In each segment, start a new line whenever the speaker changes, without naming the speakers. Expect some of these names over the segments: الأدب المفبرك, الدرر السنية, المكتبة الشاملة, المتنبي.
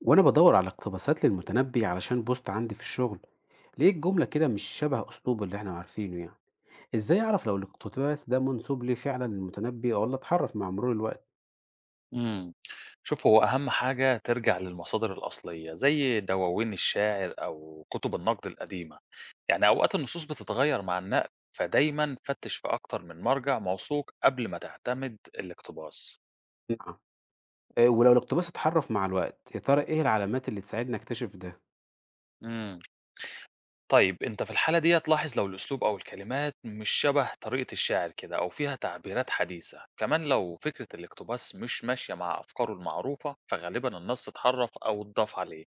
وأنا بدور على اقتباسات للمتنبي علشان بوست عندي في الشغل. ليه الجملة كده مش شبه أسلوبه اللي احنا عارفينه يعني؟ إزاي أعرف لو الاقتباس ده منسوب ليه فعلا للمتنبي ولا اتحرف مع مرور الوقت؟
إمم. شوف هو أهم حاجة ترجع للمصادر الأصلية، زي دواوين الشاعر أو كتب النقد القديمة. يعني أوقات النصوص بتتغير مع النقل، فدايمًا فتِّش في أكتر من مرجع موثوق قبل ما تعتمد الاقتباس.
نعم. إيه، ولو الاقتباس اتحرف مع الوقت يا ترى إيه العلامات اللي تساعدني أكتشف ده؟
إمم. طيب أنت في الحالة ديّة لاحظ لو الأسلوب أو الكلمات مش شبه طريقة الشاعر كده أو فيها تعبيرات حديثة. كمان لو فكرة الاقتباس مش ماشية مع أفكاره المعروفة، فغالبًا النص اتحرّف أو اتضاف عليه.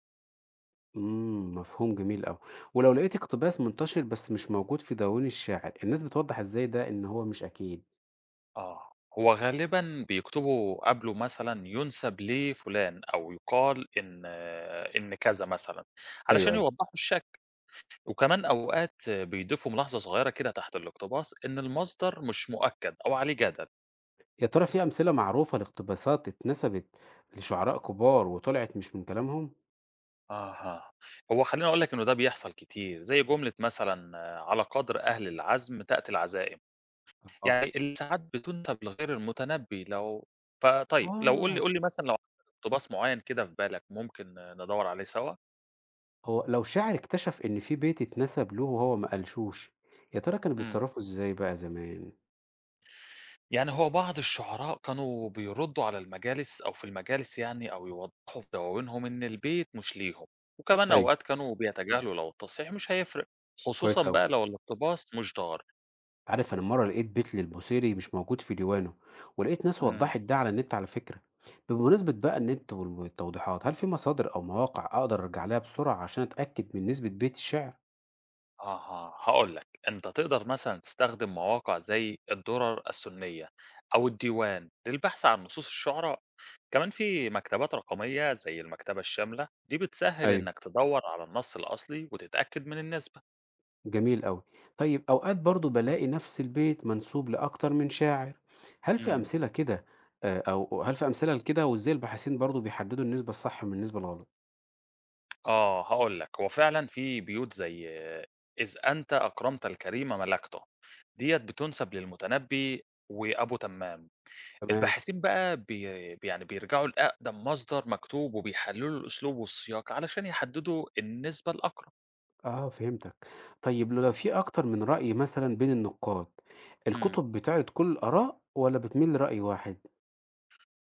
مفهوم جميل أوي. ولو لقيت اقتباس منتشر بس مش موجود في دواوين الشاعر، الناس بتوضح إزاي ده إن هو مش أكيد؟
آه، هو غالبًا بيكتبوا قبله مثلًا يُنسَب لفلان أو يُقال إن كذا مثلًا،
ايوه
علشان
ايوه.
يوضّحوا الشكل، وكمان أوقات بيضيفوا ملاحظة صغيرة كده تحت الاقتباس إن المصدر مش مؤكد أو عليه جدل.
يا ترى في أمثلة معروفة لاقتباسات اتنسبت لشعراء كبار وطلعت مش من كلامهم؟
أها، هو خلّيني أقول لك إنه ده بيحصل كتير، زي جملة مثلًا على قدر أهل العزم تأتي العزائم، يعني اللي ساعات بتُنسَب لغير المتنبّي فطيب لو قُل لي
آه،
قُل لي مثلًا لو عندك اقتباس معيّن كده في بالك ممكن ندوّر عليه سوا؟
هو لو شاعر اكتشف إن في بيت اتنسب له وهو ما قالشوش، يا ترى كانوا
إمم.
بيتصرفوا إزاي بقى زمان؟
يعني هو بعض الشعراء كانوا بيردوا على المجالس أو في المجالس يعني أو يوضحوا في دواوينهم إن البيت مش ليهم، وكمان
أيوه.
أوقات كانوا بيتجاهلوا لو التصحيح مش هيفرق، خصوصًا
كويس أوي،
بقى لو الاقتباس مش ضار.
عارف أنا مرة لقيت بيت للبوصيري مش موجود في ديوانه، ولقيت ناس
امم.
وضحت ده على النت على فكرة. بمناسبة بقى النت والتوضيحات، هل في مصادر أو مواقع أقدر أرجع لها بسرعة عشان أتأكد من نسبة بيت الشعر؟
أها، هاقول لك أنت تقدر مثلًا تستخدم مواقع زي الدرر السنية أو الديوان للبحث عن نصوص الشعراء، كمان في مكتبات رقمية زي المكتبة الشاملة دي بتسهل
أيوه.
إنك تدور على النص الأصلي وتتأكد من النسبة.
جميل أوي. طيب أوقات برضه بالاقي نفس البيت منسوب لأكتر من شاعر، هل في أمثلة كده أو هل في أمثلة لكده وإزاي الباحثين برضه بيحددوا النسبة الصح من النسبة الغلط؟
آه، هاقول لك، هو فعلًا في بيوت زي إذ أنت أكرمت الكريم ملكته، ديّة بتُنسب للمتنبّي وأبو تمّام.
تمام،
الباحثين بقى يعني بيرجعوا لأقدم مصدر مكتوب وبيحلّلوا الأسلوب والسياق علشان يحدّدوا النسبة الأقرب.
آه فهمتك. طيب لو في أكتر من رأي مثلًا بين النقاد،
إمم.
الكتب بتعرض كل الآراء والّا بتميل لرأي واحد؟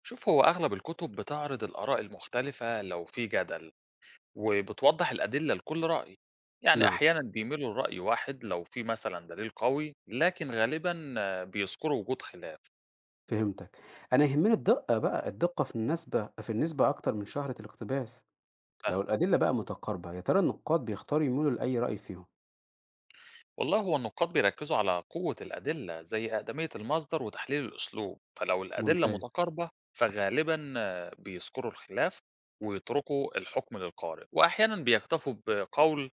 شوف هو أغلب الكتب بتعرض الآراء المختلفة لو في جدل، وبتوضّح الأدلة لكل رأي. يعني
نعم،
أحيانًا بيميلوا لرأي واحد لو في مثلًا دليل قوي، لكن غالبًا بيذكروا وجود خلاف.
فهمتك. أنا يهمني الدقة بقى، الدقة في النسبة أكتر من شهرة الاقتباس. لو
فاهم.
الأدلة بقى متقاربة، يا ترى النقاد بيختاروا يميلوا لأي رأي فيهم؟
والله هو النقاد بيركزوا على قوة الأدلة زي أقدمية المصدر وتحليل الأسلوب فلو الأدلة
ممتاز.
متقاربة فغالبا بيذكروا الخلاف ويتركوا الحكم للقارئ وأحيانا بيكتفوا بقول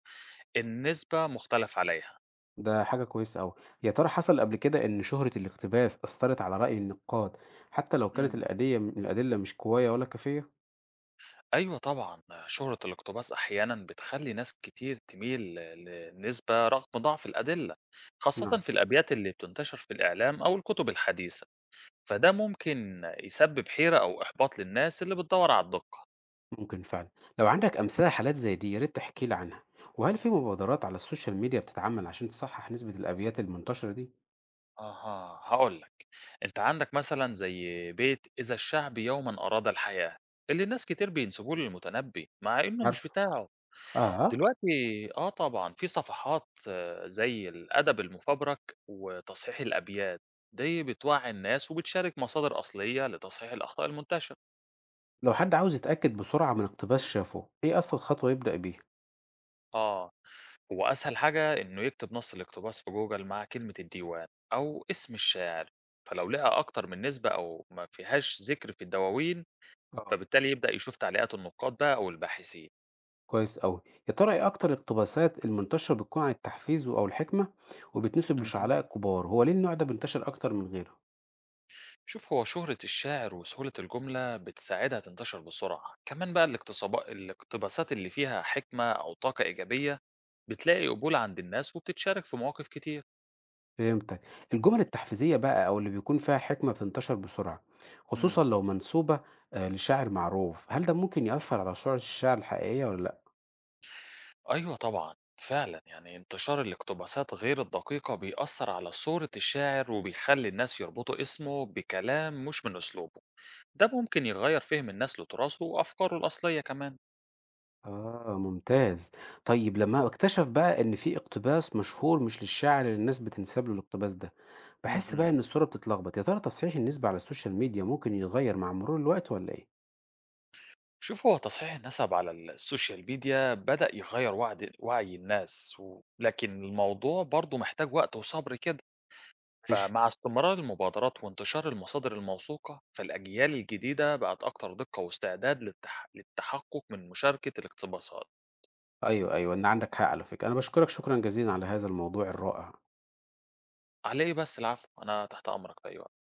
النسبة مختلف عليها.
ده حاجة كويسة أوي. يا ترى حصل قبل كده إن شهرة الاقتباس أثّرت على رأي النقاد حتى لو كانت
مم.
الأدلة مش قوية ولا كافية؟
أيوة طبعا شهرة الاقتباس أحيانا بتخلي ناس كتير تميل للنسبة رغم ضعف الأدلة خاصة
نعم،
في الأبيات اللي بتنتشر في الإعلام أو الكتب الحديثة فده ممكن يسبب حيرة أو إحباط للناس اللي بتدور على الدقة.
ممكن فعلًا. لو عندك أمثلة حالات زي دي يا ريت تحكي لي عنها. وهل في مبادرات على السوشيال ميديا بتتعمل عشان تصحح نسبة الأبيات المنتشرة دي؟
أها، هاقول لك، أنت عندك مثلًا زي بيت "إذا الشعب يومًا أراد الحياة" اللي ناس كتير بينسبوه للمتنبي مع إنه مش
عارفه.
بتاعه،
آه!
دلوقتي طبعًا، في صفحات زي الأدب المفبرك وتصحيح الأبيات، دي بتوعي الناس وبتشارك مصادر أصلية لتصحيح الأخطاء المنتشرة.
لو حد عاوز يتأكد بسرعة من اقتباس شافه، إيه أسهل خطوة يبدأ بيها؟
آه، هو أسهل حاجة إنه يكتب نص الاقتباس في جوجل مع كلمة الديوان أو اسم الشاعر، فلو لقى أكتر من نسبة أو ما فيهاش ذكر في الدواوين
آه.
فبالتالي يبدأ يشوف تعليقات النقاد بقى أو الباحثين.
كويس أوي. يا ترى إيه أكتر الاقتباسات المنتشرة بتكون عن التحفيز أو الحكمة وبتنسب
مهم.
لشعلاء الكبار، هو ليه النوع ده بينتشر أكتر من غيره؟
شوف هو شهرة الشاعر وسهولة الجملة بتساعدها تنتشر بسرعة كمان بقى الاقتباسات اللي فيها حكمة أو طاقة إيجابية بتلاقي قبول عند الناس وبتتشارك في مواقف كتير.
فهمتك. الجمل التحفيزية بقى أو اللي بيكون فيها حكمة بتنتشر بسرعة،
مم.
خصوصًا لو منسوبة لشاعر معروف، هل ده ممكن يأثر على سرعة الشعر الحقيقية ولا لأ؟
أيوة طبعا فعلا يعني انتشار الاقتباسات غير الدقيقة بيأثر على صورة الشاعر وبيخلي الناس يربطوا اسمه بكلام مش من أسلوبه ده ممكن يغير فهم الناس لتراثه وأفكاره الأصلية كمان.
آه ممتاز. طيب لما اكتشف بقى إن في اقتباس مشهور مش للشاعر اللي الناس بتنسب له الاقتباس ده، بحس
مهم.
بقى إن الصورة بتتلخبط، يا ترى تصحيح النسبة على السوشيال ميديا ممكن يتغير مع مرور الوقت ولا إيه؟
شوف هو تصحيح النسب على السوشيال ميديا بدأ يغير وعي الناس لكن الموضوع برضه محتاج وقت وصبر كده
ماشي.
فمع استمرار المبادرات وانتشار المصادر الموثوقة فالأجيال الجديدة بقت أكتر دقة واستعداد للتحقق من مشاركة الاقتباسات.
أيوه، أيوه، إن عندك حق على فكرة. أنا باشكرك شكرًا جزيلًا على هذا الموضوع الرائع.
على إيه بس العفو، أنا تحت أمرك في أي وقت.